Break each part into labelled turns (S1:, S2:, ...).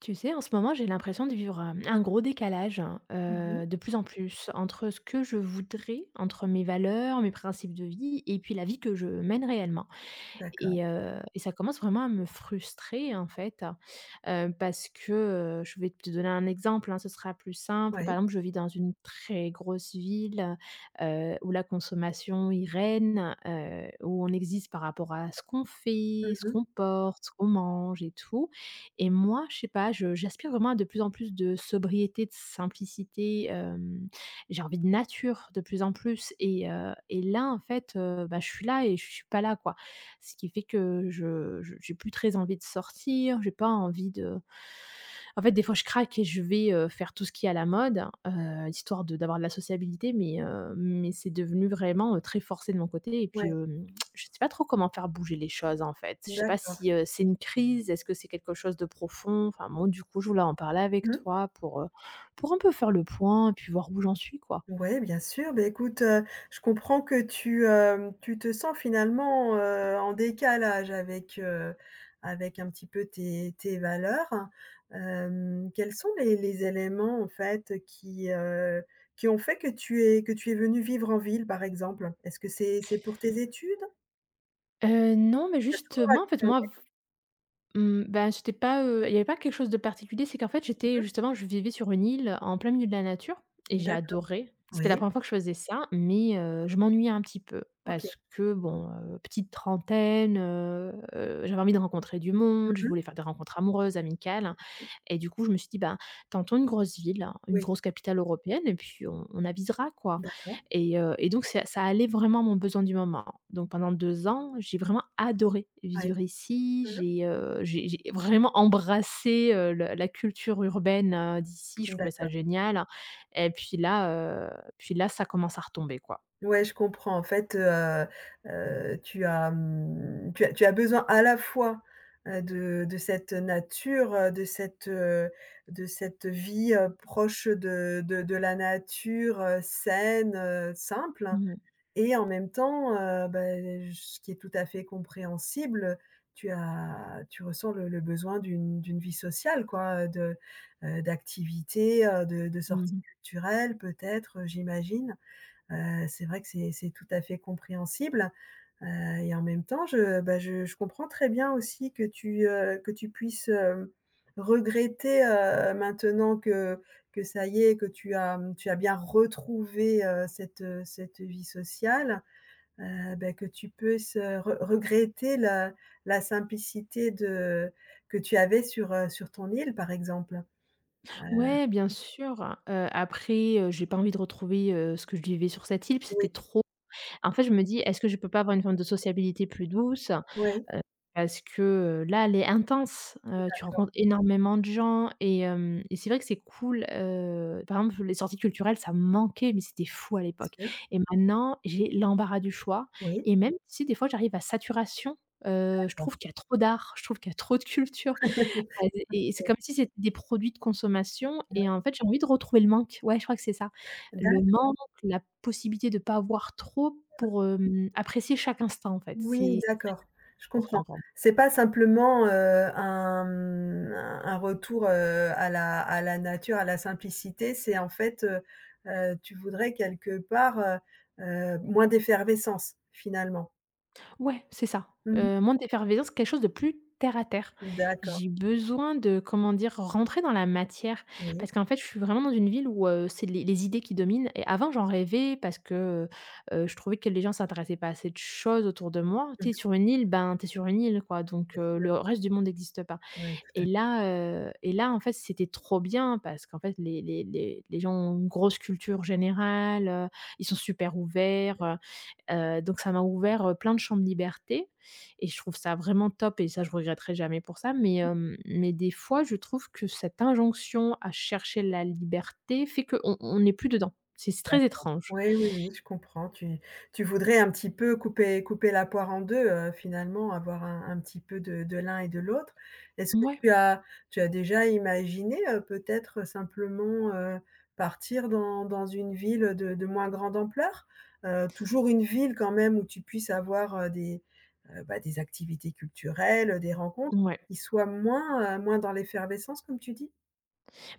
S1: Tu sais, en ce moment, j'ai l'impression de vivre un gros décalage,
S2: Mmh mh.
S1: de plus en plus, entre ce que je voudrais, entre mes valeurs, mes principes de vie, et puis la vie que je mène réellement.
S2: D'accord.
S1: Et ça commence vraiment à me frustrer, en fait, parce que, je vais te donner un exemple, hein, ce sera plus simple.
S2: Ouais.
S1: Par exemple, je vis dans une très grosse ville, où la consommation y règne, où on existe par rapport à ce qu'on fait,
S2: Mmh
S1: ce
S2: mh.
S1: qu'on porte, ce qu'on mange et tout. Et moi, je sais pas, je j'aspire vraiment à de plus en plus de sobriété, de simplicité, j'ai envie de nature de plus en plus et là, en fait, bah, je suis là et je suis pas là, quoi. Ce qui fait que je j'ai plus très envie de sortir, j'ai pas envie de, en fait, des fois, je craque et je vais, faire tout ce qui est à la mode, histoire de d'avoir de la sociabilité, mais c'est devenu vraiment, très forcé de mon côté et puis,
S2: Ouais.
S1: je sais pas trop comment faire bouger les choses, en fait. Je sais pas
S2: D'accord.
S1: si, c'est une crise? Est-ce que c'est quelque chose de profond? Enfin bon, du coup, je voulais en parler avec
S2: Mmh.
S1: toi pour un peu faire le point et puis voir où j'en suis, quoi.
S2: Ouais, bien sûr. Beh, écoute, je comprends que tu te sens finalement, en décalage avec, avec un petit peu tes valeurs. Quels sont les éléments en fait qui ont fait que tu es venue vivre en ville, par exemple? Est-ce que c'est pour tes études?
S1: Non, mais
S2: Tu as toujours
S1: justement, en fait,
S2: habité en ville?
S1: moi. Mmh, ben, c'était pas, il y avait pas quelque chose de particulier, c'est qu'en fait,
S2: Mmh
S1: j'étais
S2: mh.
S1: justement je vivais sur une île en plein milieu de la nature et j'ai
S2: D'accord.
S1: adoré. C'était la
S2: Oui.
S1: première fois que je faisais ça, mais je m'ennuyais un petit peu
S2: OK.
S1: parce que bon, petite trentaine, j'avais envie de rencontrer du
S2: Mmh
S1: monde, je
S2: mh.
S1: voulais faire des rencontres amoureuses, amicales, hein. Et du coup, je me suis dit: «Ben, tentons une grosse ville, hein, une
S2: Oui.
S1: grosse capitale européenne et puis on avisera, quoi.»
S2: D'accord.
S1: Et donc c'est ça allait vraiment à mon besoin du moment. Donc pendant 2 ans, j'ai vraiment adoré
S2: Ouais.
S1: vivre ici.
S2: Mmh mh.
S1: J'ai vraiment embrassé, le la culture urbaine, d'ici. Je trouvais
S2: D'a
S1: ça génial, hein. Et puis là, ça commence à retomber, quoi.
S2: Ouais, je comprends. En fait, tu as, tu as besoin à la fois, de cette nature, de de cette vie, proche de la nature, saine, simple
S1: Mmh mh.
S2: et en même temps, beh, ce qui est tout à fait compréhensible, tu ressens le besoin d'une vie sociale quoi, de, d'activités, de sorties
S1: Mmh.
S2: culturelles peut-être, j'imagine? C'est vrai que c'est tout à fait compréhensible, heu et en même temps, je, bah, je comprends très bien aussi que que tu puisses, regretter, maintenant que ça y est, que tu as, tu as bien retrouvé, cette, cette vie sociale, bah, que tu puisses, re regretter la la simplicité de que tu avais sur, sur ton île, par exemple. Heu,
S1: Ouais, bien sûr, après, j'ai pas envie de retrouver, ce que je vivais sur cette île, puis
S2: oui,
S1: c'était trop. En fait, je me dis: «Est-ce que je peux pas avoir une forme de sociabilité plus douce?»
S2: oui,
S1: Parce que, là, elle est intense, tu
S2: d'accord,
S1: rencontres énormément de gens et c'est vrai que c'est cool, par exemple, les sorties culturelles, ça me manquait, mais c'était fou à l'époque
S2: sûr,
S1: et maintenant, j'ai l'embarras du choix
S2: oui,
S1: et même si des fois j'arrive à saturation, je
S2: d'accord,
S1: trouve qu'il y a trop d'art, je trouve qu'il y a trop de culture. Bah, c'est
S2: oui.
S1: comme si c'était des produits de consommation et en fait, j'ai envie de retrouver le manque. Ouais, je crois que c'est ça. Le manque, la possibilité de pas avoir trop pour, apprécier chaque instant, en fait.
S2: Oui,
S1: C'est
S2: d'accord, je comprends.
S1: important pour.
S2: C'est pas simplement, un, un retour, à la nature, à la simplicité, c'est en fait, tu voudrais quelque part, moins d'effervescence, finalement?
S1: Ouais, c'est ça.
S2: Mmh.
S1: Moins d'effervescence, quelque chose de plus terre à terre.
S2: D'accord,
S1: J'ai besoin de, comment dire, rentrer dans la matière
S2: oui.
S1: parce qu'en fait, je suis vraiment dans une ville où, c'est les idées qui dominent et avant, j'en rêvais parce que, je trouvais que les gens s'intéressaient pas à cette chose autour de moi.
S2: Mmh,
S1: T'es sur une île, ben, t'es sur une île, quoi, donc
S2: bien
S1: le
S2: sûr.
S1: reste du monde n'existe pas.
S2: Ouais, tout à
S1: Et là, heu et là, en fait, c'était trop bien parce qu'en fait, les gens ont une grosse culture générale, ils sont super ouverts. Donc ça m'a ouvert, plein de champs de liberté et je trouve ça vraiment top et ça je regretterai jamais pour ça, mais des fois je trouve que cette injonction à chercher la liberté fait qu'on n'est plus dedans. C'est
S2: fait.
S1: très étrange.
S2: Oui, oui, oui, je comprends. Tu tu voudrais un petit peu couper la poire en deux, finalement, avoir un petit peu de l'un et de l'autre. Est-ce que
S1: Ouais,
S2: tu as déjà imaginé, peut-être, simplement, partir dans une ville, de moins grande ampleur? Toujours une ville quand même où tu puisses avoir, des, bah, des activités culturelles, des rencontres
S1: ouais.
S2: qui soient moins, moins dans l'effervescence comme tu dis?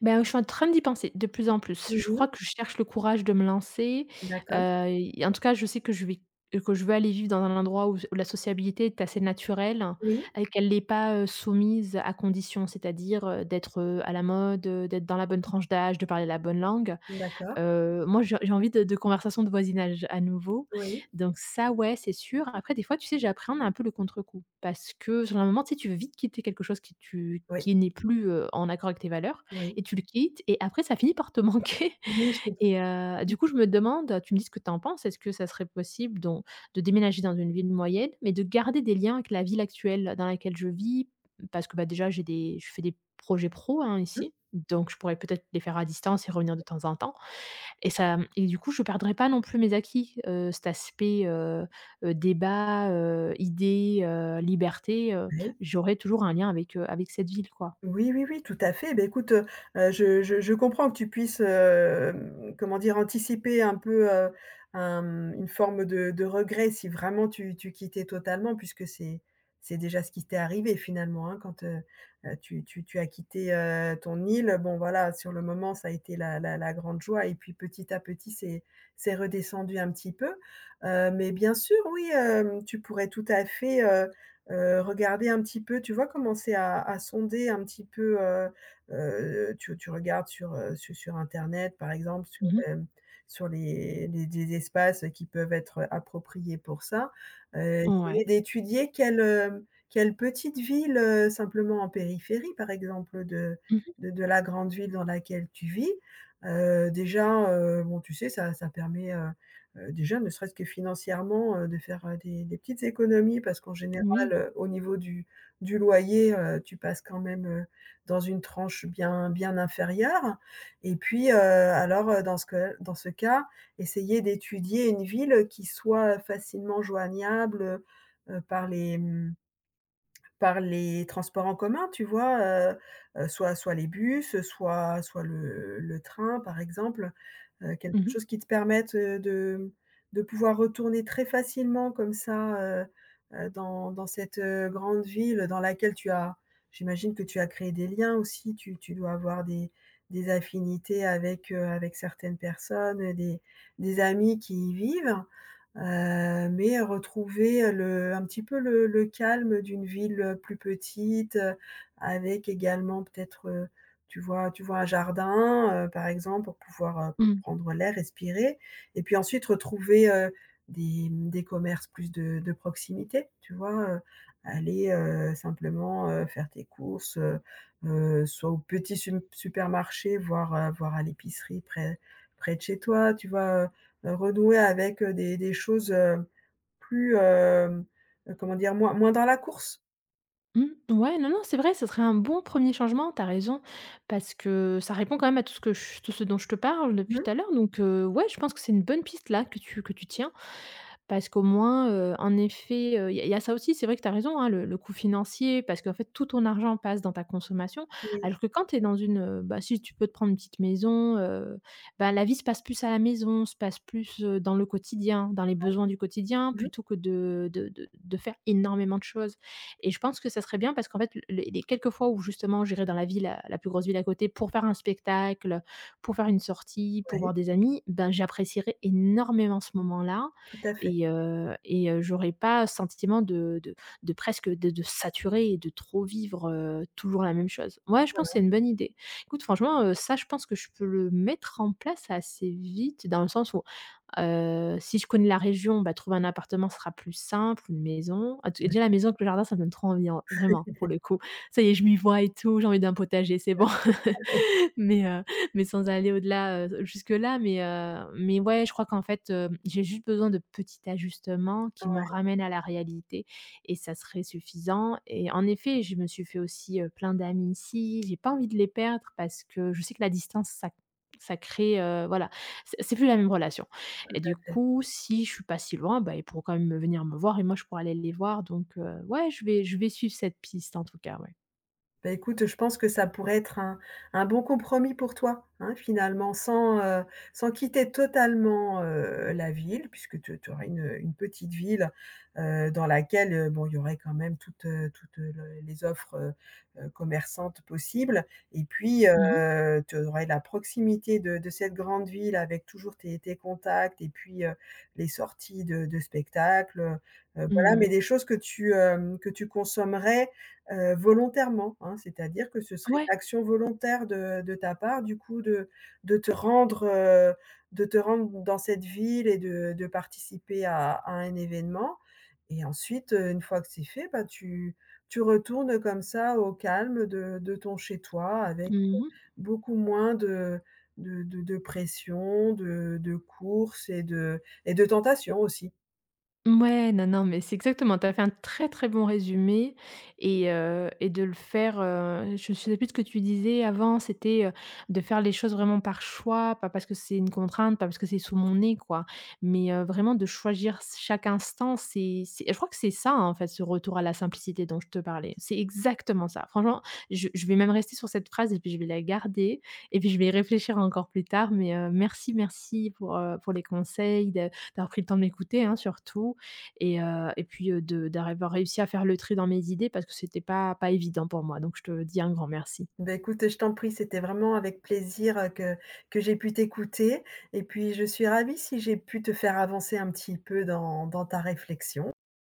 S1: Ben, je suis en train d'y penser de plus en plus. Je
S2: Mmh.
S1: crois que je cherche le courage de me lancer, heu,
S2: D'accord.
S1: et en tout cas, je sais que je vais que je veux aller vivre dans un endroit où la sociabilité est assez naturelle
S2: Oui.
S1: et qu'elle n'est pas, soumise à conditions, c'est-à-dire, d'être, à la mode, d'être dans la bonne tranche d'âge, de parler la bonne langue.
S2: D'accord.
S1: Moi j'ai envie de conversations de voisinage à nouveau,
S2: Oui.
S1: donc ça, ouais, c'est sûr. Après des fois, tu sais, j'appréhende un peu le contre-coup parce que sur un moment, tu sais, tu veux vite quitter quelque chose qui tu
S2: Oui.
S1: qui n'est plus, en accord avec tes valeurs
S2: Oui.
S1: et tu le quittes et après ça finit par te manquer
S2: Oui, je comprends.
S1: et
S2: Mmh.
S1: du coup, je me demande, tu me dis ce que tu en penses, est-ce que ça serait possible donc de déménager dans une ville moyenne, mais de garder des liens avec la ville actuelle dans laquelle je vis? Parce que, bah, déjà j'ai des je fais des projets pro, hein, ici, donc je pourrais peut-être les faire à distance et revenir de temps en temps. Et du coup, je perdrai pas non plus mes acquis, cet aspect, débat, idée, liberté,
S2: Ouais.
S1: j'aurais toujours un lien avec cette ville, quoi.
S2: Oui, oui, oui, tout à fait. Beh, écoute, je comprends que tu puisses, comment dire? Anticiper un peu, un, une forme de regret si vraiment tu quittais totalement puisque c'est déjà ce qui t'est arrivé finalement, hein, tu as quitté, ton île. Bon voilà, sur le moment, ça a été la grande joie et puis petit à petit, c'est redescendu un petit peu, mais bien sûr, oui, tu pourrais tout à fait, regarder un petit peu, tu vois, commencer à sonder un petit peu, tu regardes sur, su sur internet, par exemple, sur,
S1: Mmh.
S2: sur les des espaces qui peuvent être appropriés pour ça. Essayer
S1: Ouais.
S2: d'étudier quelle, quelle petite ville, simplement en périphérie, par exemple, de
S1: Mmh.
S2: la grande ville dans laquelle tu vis. Déjà, bon, tu sais, ça permet, déjà ne serait-ce que financièrement, de faire, des petites économies parce qu'en général,
S1: Oui.
S2: au niveau du loyer, tu passes quand même, dans une tranche bien inférieure et puis, alors, dans ce que dans ce cas, essayer d'étudier une ville qui soit facilement joignable, par par les transports en commun, tu vois? Heu soit les bus, soit le train, par exemple. Quelque
S1: Mmh mh.
S2: chose qui te permette, de pouvoir retourner très facilement comme ça, dans cette, grande ville dans laquelle tu as j'imagine que tu as créé des liens aussi, tu dois avoir des affinités avec, avec certaines personnes, des amis qui y vivent. Mais retrouver, le un petit peu le calme d'une ville, plus petite, avec également peut-être, tu vois un jardin, par exemple pour pouvoir,
S1: Mmh.
S2: prendre l'air, respirer et puis ensuite retrouver, des, des commerces plus de proximité, tu vois? Aller, simplement, faire tes courses, soit au petit supermarché, voire, voire à l'épicerie près de chez toi, tu vois? Renouer avec, des choses, plus, comment dire? Moins dans la course.
S1: Mmh. Ouais, non, non, c'est vrai, ce serait un bon premier changement, t'as raison, parce que ça répond quand même à tout ce dont je te parle depuis
S2: Mmh.
S1: tout à l'heure, donc ouais, je pense que c'est une bonne piste là que tu tiens. Parce qu'au moins, en effet, il y a ça aussi, c'est vrai que tu as raison, hein, le coût financier parce qu'en fait tout ton argent passe dans ta consommation.
S2: Oui.
S1: Alors que quand tu es bah, si tu peux te prendre une petite maison, bah, la vie se passe plus à la maison, se passe plus, dans le quotidien, dans les besoins du quotidien
S2: Mmh.
S1: plutôt que de faire énormément de choses et je pense que ça serait bien parce qu'en fait l les quelques fois où justement j'irai dans la ville, la plus grosse ville à côté pour faire un spectacle, pour faire une sortie, pour
S2: Oui,
S1: voir des amis, ben, j'apprécierais énormément ce moment-là
S2: tout à fait.
S1: et j'aurais pas ce sentiment de presque de saturer et de trop vivre, toujours la même chose. Ouais, je
S2: Voilà,
S1: pense que c'est une bonne idée. Écoute franchement, ça je pense que je peux le mettre en place assez vite dans le sens où, si je connais la région, bah, trouver un appartement sera plus simple, une maison. Ah,
S2: ouais.
S1: déjà la maison avec le jardin, ça me donne trop envie, hein, vraiment pour le coup. Ça y est, je m'y vois et tout, j'ai envie d'un potager, c'est bon. Mais heu mais sans aller au-delà, jusque-là, mais ouais, je crois qu'en fait, j'ai juste besoin de petits ajustements qui me
S2: Ouais,
S1: ramènent à la réalité et ça serait suffisant et en effet, je me suis fait aussi, plein d'amis ici. J'ai pas envie de les perdre parce que je sais que la distance, ça crée, voilà, c'est plus la même relation et du
S2: ouais.
S1: coup, si je suis pas si loin, bah, ils pourront quand même venir me voir et moi, je pourrais aller les voir donc ouais, je vais suivre cette piste en tout cas, ouais.
S2: Bah, écoute, je pense que ça pourrait être un bon compromis pour toi, hein, finalement, sans, sans quitter totalement, la ville puisque tu aurais une petite ville, dans laquelle, bon, il y aurait quand même toutes, le les offres, commerçantes possibles et puis,
S1: Mmh mh.
S2: tu aurais la proximité de cette grande ville avec toujours tes contacts et puis, les sorties de spectacles, voilà,
S1: Mmh.
S2: mais des choses que que tu consommerais volontairement, hein. C'est-à-dire que ce serait
S1: Ouais.
S2: une action volontaire de ta part, du coup, de te rendre, de te rendre dans cette ville et de participer à un événement et ensuite, une fois que c'est fait, bah, tu retournes comme ça au calme de ton chez toi avec,
S1: Mmh mh.
S2: beaucoup moins de pression, de courses et de tentations aussi.
S1: Ouais, non, non, mais c'est exactement, tu as fait un très, très bon résumé et de le faire, je ne sais plus de ce que tu disais avant, c'était, de faire les choses vraiment par choix, pas parce que c'est une contrainte, pas parce que c'est sous mon nez, quoi. Mais vraiment de choisir chaque instant, c'est je crois que c'est ça, hein, en fait, ce retour à la simplicité dont je te parlais. C'est exactement ça. Franchement, je vais même rester sur cette phrase et puis je vais la garder et puis je vais y réfléchir encore plus tard. Mais merci, merci pour les conseils, de d'avoir pris le temps de m'écouter, hein, surtout et puis, de d'avoir réussi à faire le tri dans mes idées parce que c'était pas évident pour moi. Donc je te dis un grand merci.
S2: Ben écoute, je t'en prie, c'était vraiment avec plaisir, que j'ai pu t'écouter et puis je suis ravie si j'ai pu te faire avancer un petit peu dans ta réflexion.